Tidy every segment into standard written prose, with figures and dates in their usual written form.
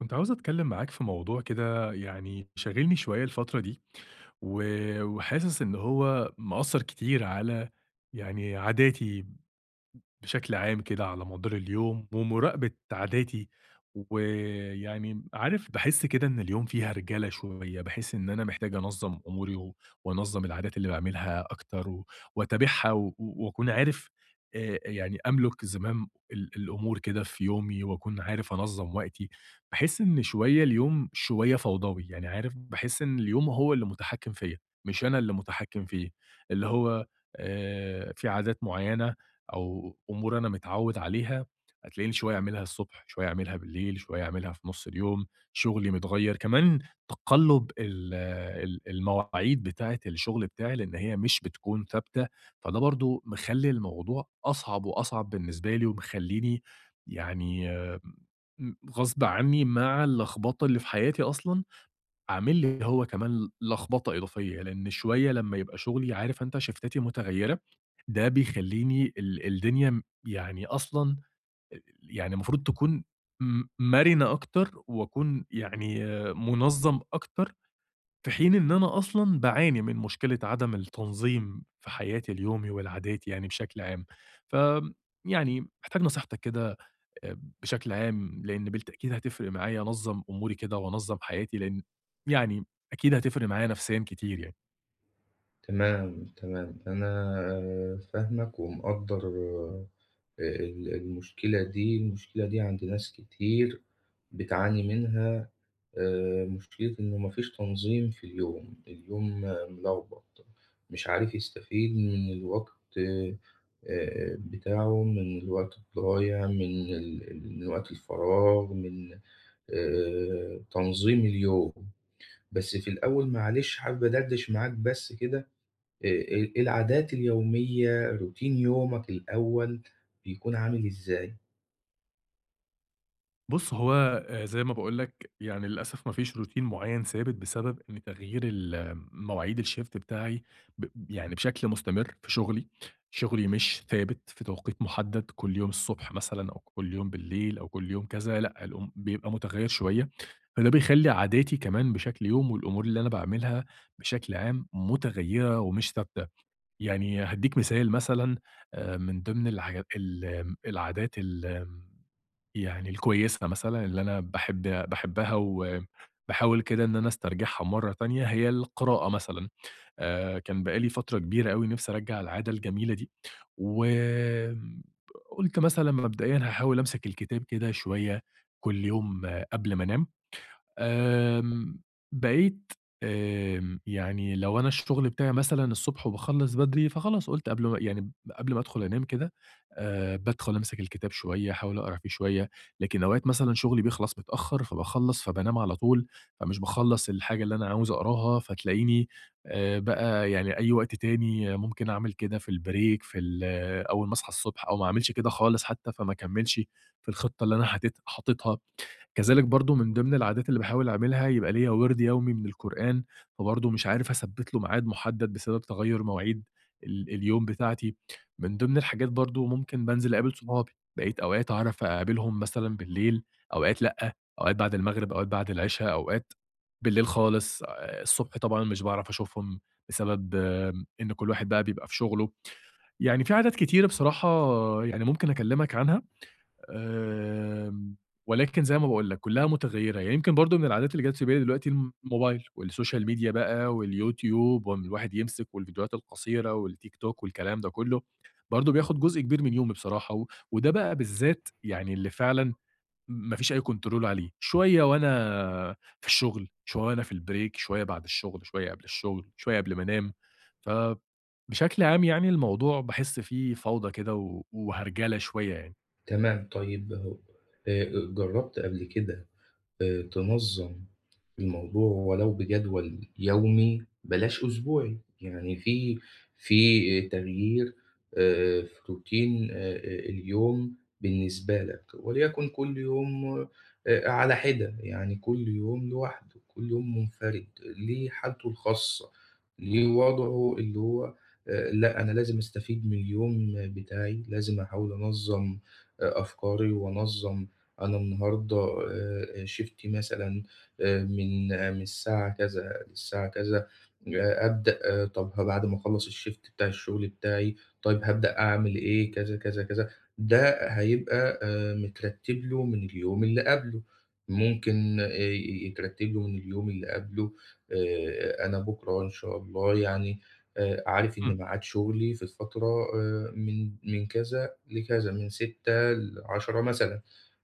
كنت عاوز أتكلم معاك في موضوع كده يعني شاغلني شوية الفترة دي و- وحاسس إن هو مأثر كتير على يعني عاداتي بشكل عام كده على مدار اليوم، ومراقبة عاداتي، ويعني عارف باحس كده إن اليوم فيه هرجلة شوية، باحس إن أنا محتاج أنظّم أموري و وأنظّم العادات اللي باعملها أكتر و- وأتابعها و و- وأكون عارف يعني أملك زمام الأمور كده في يومي وأكون عارف أنظّم وقتي، باحس إن شوية اليوم شوية فوضوي، يعني عارف باحس إن اليوم هو اللي متحكم فيّا، مش أنا اللي متحكم فيه، اللي هو في عادات معيّنة أو أمور أنا متعوّد عليها، هتلاقيني شوية أعملها الصبح، شوية أعملها بالليل، شوية أعملها في نُص اليوم، شغلي متغيّر، كمان تقلُّب ال المواعيد بتاعة الشغل بتاعي، لإن هي مش بتكون ثابتة، فده برضه مخلّي الموضوع أصعب وأصعب بالنسبة لي، ومخلّيني يعني غصب عنّي مع اللخبطة اللي في حياتي أصلًا، عامل لي هو كمان لخبطة إضافية، لإن شوية لمّا يبقى شغلي عارف أنت شيفتاتي متغيّرة ده بيخلّيني الدنيا يعني أصلًا يعني المفروض تكون مرِنة أكتر وأكون يعني آه، مُنظَّم أكتر، في حين إن أنا أصلًا باعاني من مشكلة عدم التنظيم في حياتي اليومي والعادات يعني بشكل عام. فآمم يعني محتاج نصيحتك كده بشكل عام، لإن بالتأكيد هتفرق معايا أنظَّم أموري كده وأنظَّم حياتي، لإن يعني أكيد هتفرق معايا نفسيًا كتير يعني. تمام، تمام. أنا فاهمك ومقدّر المشكلة دي، المشكلة دي عند ناس كتير بتعاني منها. مشكلة إنه ما فيش تنظيم في اليوم، اليوم ملخبط، مش عارف يستفيد من الوقت بتاعه، من الوقت الضايع، من ال ال من وقت الفراغ، من تنظيم اليوم. بس في الأول معلش حابب أدردش معاك بس كده. العادات اليومية، روتين يومك الأول بيكون عامل إزاي؟ بُص، هو زي ما باقول لك يعني للأسف ما فيش روتين معيّن ثابت بسبب إن تغيير ال مواعيد الShift بتاعي ب يعني بشكل مستمر في شغلي، شغلي مش ثابت في توقيت محدد كل يوم الصبح مثلًا أو كل يوم بالليل أو كل يوم كذا لأ، الأم بيبقى متغيّر شوية، فده بيخلّي عاداتي كمان بشكل يوم والأمور اللي أنا باعملها بشكل عام متغيّرة ومش ثابتة، يعني هادّيك مثال مثلًا من ضمن الحاجا ال العادات ال يعني الكويسة مثلًا اللي أنا باحبها وباحاول كده إن أنا استرجعها مرة تانية هي القراءة مثلًا، كان بقى لي فترة كبيرة أوي نفسي أرجّع العادة الجميلة دي، وآمم قُلت مثلًا مبدئيًا هاحاول أمسك الكتاب كده شوية كل يوم قبل ما أنام. آمم، بقيت يعني لو أنا الشغل بتاعي مثلًا الصبح وباخلّص بدري، فخلاص قُلت قبل ما يعني قبل ما أدخل أنام كده بادخل أمسك الكتاب شوية، أحاول أقرا فيه شوية، لكن أوقات مثلًا شغلي بيخلص متأخر، فباخلّص فبانام على طول، فمش باخلّص الحاجة اللي أنا عاوز أقراها، فتلاقيني بقى يعني أي وقت تاني ممكن أعمل كده في الbreak في ال أول ما أصحى الصبح أو ما أعملش كده خالص حتى، فما أكمّلش في الخطة اللي أنا حاططها. كذلك برضه من ضمن العادات اللي باحاول أعملها يبقى ليّا وِرد يومي من القرآن، فبرضه مش عارف أثبّت له ميعاد محدد بسبب تغيُّر مواعيد اليوم بتاعتي. من ضمن الحاجات برضه ممكن بانزل أقابل صحابي، بقيت أوقات أعرف أقابلهم مثلًا بالليل، أوقات لأ، أوقات بعد المغرب، أوقات بعد العشا، أوقات بالليل خالص، الصبح طبعًا مش باعرف أشوفهم بسبب آه، إن كل واحد بقى بيبقى في شُغله. يعني في عادات كتيرة بصراحة يعني ممكن أكلّمك عنها آمم، ولكن زي ما باقول لك كلّها متغيّرة، يعني يمكن برضه من العادات اللي جات في بالي دلوقتي الموبايل والسوشيال ميديا بقى واليوتيوب، وإن الواحد يمسك والفيديوهات القصيرة والتيك توك والكلام ده كلّه، برضه بياخد جزء كبير من يومي بصراحة، و وده بقى بالذات يعني اللي فعلًا ما فيش أي control عليه، شوية وأنا في الشغل، شوية وأنا في الbreak، شوية بعد الشغل، شوية قبل الشغل، شوية قبل ما أنام، فبشكل عام يعني الموضوع باحس فيه فوضى كده و وهرجلة شوية يعني. تمام، طيب. هو آآ جرّبت قبل كده تنظم الموضوع ولو بجدول يومي بلاش أسبوعي؟ يعني في تغيير في روتين اليوم بالنسبة لك، وليكن كل يوم على حدة، يعني كل يوم لوحده، كل يوم منفرد ليه حالته الخاصة، ليه وضعه اللي هو لا أنا لازم أستفيد من اليوم بتاعي، لازم أحاول أنظم أفكاري وأنظم. أنا النهاردة شيفتي مثلًا من الساعة كذا للساعة كذا. أبدأ طَب بعد ما أخلّص الشيفت بتاع الشغل بتاعي، طيب هابدأ أعمل إيه؟ كذا، كذا، كذا. ده هيبقى مترتِّب له من اليوم اللي قبله، ممكن ي يترتِّب له من اليوم اللي قبله. أنا بُكرة إن شاء الله يعني عارف إن إمم، ميعاد شغلي في الفترة من كذا لكذا، من 06:00 ل10:00 مثلًا.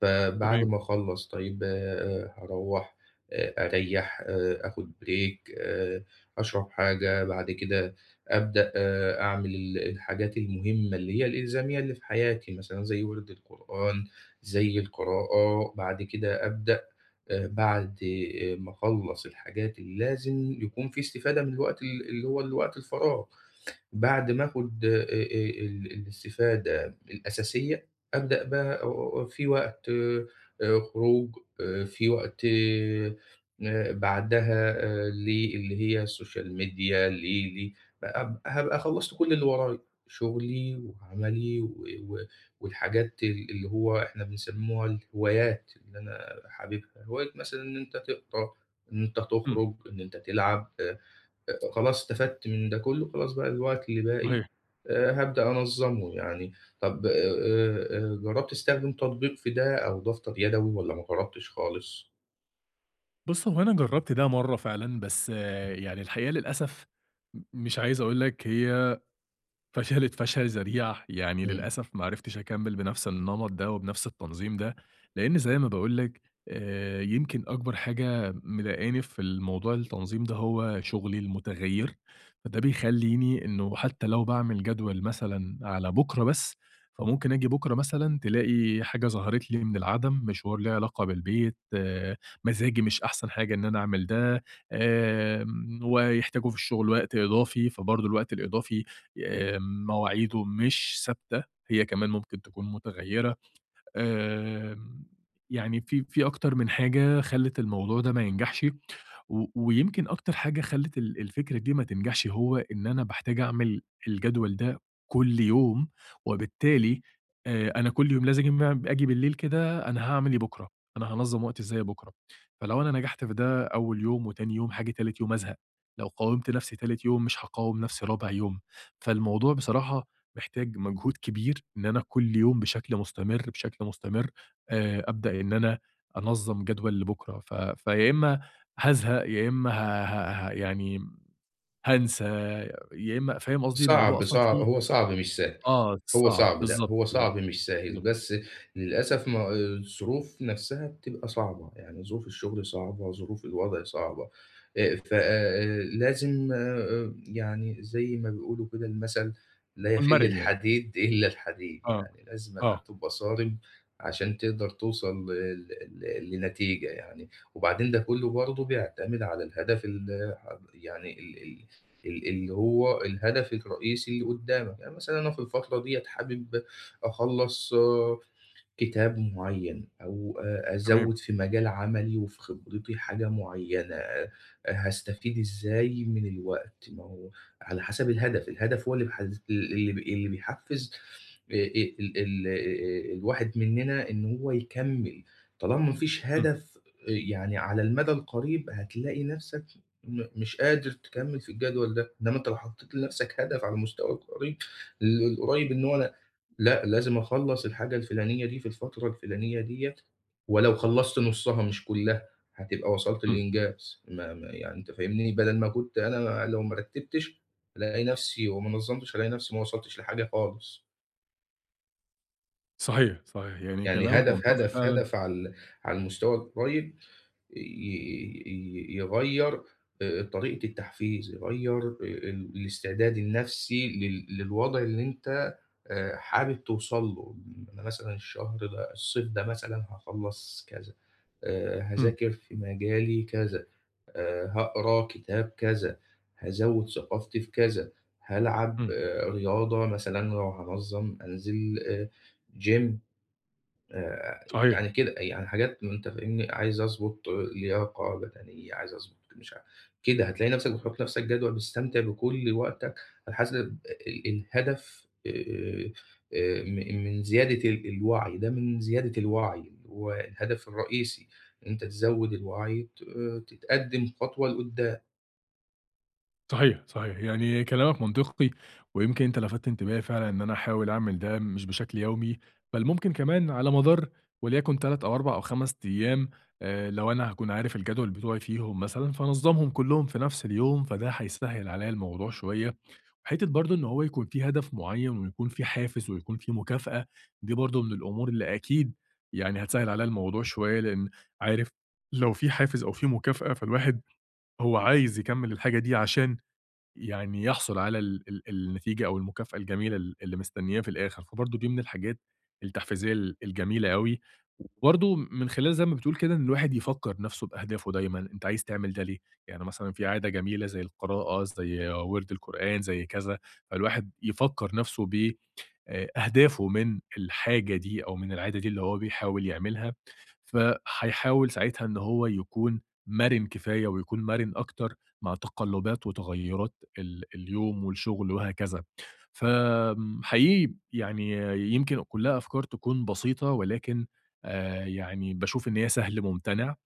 فبعد تمام. ما أخلّص، طيب هاروّح أريّح، آخُد break، أشرب حاجة، بعد كده أبدأ أعمل الحاجات المهمة اللي هي الإلزامية اللي في حياتي، مثلًا زي ورد القرآن، زي القراءة. بعد كده أبدأ بعد ما أخلّص الحاجات اللي لازم يكون في استفادة من الوقت اللي هو الوقت الفراغ. بعد ما آخُد ال الاستفادة الأساسية، أبدأ بقى في وقت خروج، في وقت بعدها للي هي السوشيال ميديا. ل ل بقى هابقى خلّصت كل اللي ورايا، شغلي وعملي و و والحاجات اللي هو إحنا بنسمّوها الهوايات اللي أنا حاببها، هواية مثلًا إن أنت تقرا، إن أنت إمم، تخرج، إن أنت تلعب. خلاص استفدت من ده كلّه، خلاص بقى الوقت اللي باقي صحيح. هابدأ أنظّمه يعني. طب جرّبت تستخدم تطبيق في ده أو دفتر يدوي والّا ما جرّبتش خالص؟ بُص، هو أنا جرّبت ده مرّة فعلًا، بس آه، يعني الحقيقة للأسف مش عايز أقول لك هي فشلت فشل ذريع، يعني إمم. للأسف ما عرفتش أكمّل بنفس النمط ده وبنفس التنظيم ده، لإن زي ما باقول لِك يمكن أكبر حاجة مضايقاني في الموضوع التنظيم ده هو شغلي المتغيّر، فده بيخلّيني إنه حتى لو باعمل جدول مثلًا على بُكرة بس، فممكن آجي بُكرة مثلًا تلاقي حاجة ظهرت لي من العدم، مشوار ليه علاقة بالبيت، مزاجي مش أحسن حاجة إن أنا أعمل ده، ويحتاجوا في الشغل وقت إضافي، فبرضه الوقت الإضافي مواعيده مش ثابتة، هي كمان ممكن تكون متغيّرة. آمم، يعني في أكتر من حاجة خلّت الموضوع ده ما ينجحش، و ويمكن أكتر حاجة خلّت الفكرة دي ما تنجحش هو إن أنا باحتاج أعمل الجدول ده كل يوم، وبالتالي أنا كل يوم لازم آجي بالليل كده أنا هاعمل إيه بكرة، أنا هانظّم وقتي إزاي بكرة، فلو أنا نجحت في ده أول يوم وتاني يوم هاجي تالت يوم أزهق، لو قاومت نفسي تالت يوم مش هاقاوم نفسي رابع يوم، فالموضوع بصراحة محتاج مجهود كبير إن أنا كل يوم بشكل مستمر، بشكل مستمر أبدأ إن أنا أنظّم جدول لبُكرة، فيا إمّا هازهق، يا إمّا ه ه ه يعني هانسى، يا إمّا فاهم قصدي؟ الموضوع صعب، أصلًا صعب، فيه هو صعب مش سهل، آه، هو صعب، صعب. لأ، بالضبط، هو بالضبط، صعب مش سهل، بالضبط، بس للأسف ما الظروف نفسها بتبقى صعبة، يعني ظروف الشغل صعبة، ظروف الوضع صعبة. ف لازم يعني زي ما بيقولوا كده المثل: لا يكون يَخِلّ مرِن يعني، الحديد إلا الحديد، آه، يعني لازمًا آه، هتبقى صارم عشان تقدر توصل ل ل لنتيجة يعني. وبعدين ده كُلّه برضه بيعتمد على الهدف ال ح يعني ال ال ال اللي هو الهدف الرئيسي اللي قدامك. يعني مثلًا أنا في الفترة ديّة حابب أخلّص كتاب معيّن أو تمام، أزوّد في مجال عملي وفي خبرتي حاجة معيّنة، هاستفيد إزاي من الوقت؟ ما هو على حسب الهدف. الهدف هو اللي بيحز، اللي اللي بيحفّز ال ال الواحد مننا إن هو يكمّل. طالما ما فيش إمم، هدف، يعني على المدى القريب هتلاقي نَفْسك مش قادر تكمّل في الجدول ده. إنّما أنت لو حطيت لنَفْسك هدف على المستوى القريب، القريب، إن هو أنا لأ، لازم أخلّص الحاجة الفلانية دي في الفترة الفلانية ديّة، ولو خلّصت نُصّها مش كُلّها، هتبقى وصلت إمم، لإنجاز. ما ما يعني أنت فاهمني، بدل ما كنت أنا لو ما رتّبتش ألاقي نفسي، وما نظّمتش ألاقي نفسي ما وصلتش لحاجة خالص. صحيح، صحيح، يعني يعني كلامك هدف، منطقي هدف، فعلًا، هدف على على المستوى القريب ي ي يغيّر طريقة التحفيز، يغيّر ال الاستعداد النفسي للوضع اللي أنت حابب توصل له. أنا مثلًا الشهر ده، الصيف ده مثلًا هاخلّص كذا، إمم، هاذاكر في مجالي كذا، هاقرا كتاب كذا، هازوّد ثقافتي في كذا، هالعب إمم، رياضة، مثلًا لو هانظّم أنزل gym آآ صحيح. يعني كده. يعني حاجات، ما أنت فاهمني، عايز أضبط لياقة بدنية، عايز أضبط مش عارف كده. هتلاقي نَفْسك بتحُط لنَفْسك جدول، بتستمتع بكل وقتك على حسب الهدف. م من زيادة الوعي، ده من زيادة الوعي اللي هو الهدف الرئيسي، إن أنت تزوّد الوعي تتقدِّم خطوة لقدّام. صحيح، صحيح، يعني كلامك منطقي، ويمكن أنت لفتت انتباهي فعلًا إن أنا أحاول أعمل ده مش بشكل يومي، بل ممكن كمان على مدار وليكن 3 أو 4 أو 5 أيام، لو أنا هاكون عارف الجدول بتوعي فيهم مثلًا، فأنظمهم كلهم في نفس اليوم، فده هيسهل عليَّ الموضوع شوية، وحتة برضه إن هو يكون في هدف معين ويكون في حافز ويكون في مكافأة، دي برضه من الأمور اللي أكيد يعني هتسهل عليَّ الموضوع شوية، لأن عارف لو في حافز أو في مكافأة، فالواحد هو عايز يكمل الحاجة دي عشان يعني يحصل على ال ال النتيجة أو المكافأة الجميلة اللي مستنياه في الآخر، فبرضه دي من الحاجات التحفيزية الجميلة أوي، وبرضه من خلال زي ما بتقول كده إن الواحد يفكّر نفسه بأهدافه دايمًا، أنت عايز تعمل ده ليه؟ يعني مثلًا في عادة جميلة زي القراءة، زي وِرد القرآن، زي كذا، فالواحد يفكّر نفسه أهدافه من الحاجة دي أو من العادة دي اللي هو بيحاول يعملها، فهيحاول ساعتها إن هو يكون مرِن كفاية ويكون مرِن أكتر مع تقلُّبات وتغيُّرات اليوم والشغل وهكذا. فآمم حقيقي يعني يمكن كُلّها أفكار تكون بسيطة ولكن يعني باشوف إن هي سهل مُمتنع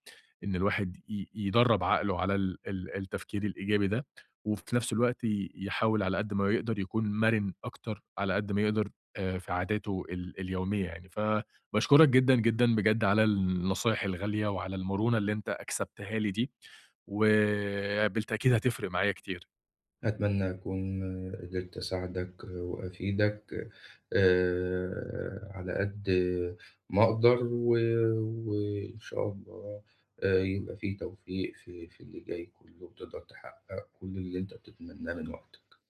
إن الواحد يدرّب عقله على ال ال التفكير الإيجابي ده، وفي نفس الوقت يحاول على قد ما يقدر يكون مرن أكتر على قد ما يقدر في عاداته اليومية يعني، فباشكرك جدًا، جدًا بجد على النصايح الغالية وعلى المرونة اللي أنت أكسبتها لي دي، وبالتأكيد هتفرق معايا كتير. أتمنى أكون قدرت أساعدك وأفيدك على قد ما أقدر، و- وإن شاء الله يبقى فيه توفيق في اللي جاي كله وتقدر تحقق كل اللي أنت بتتمناه من وقتك.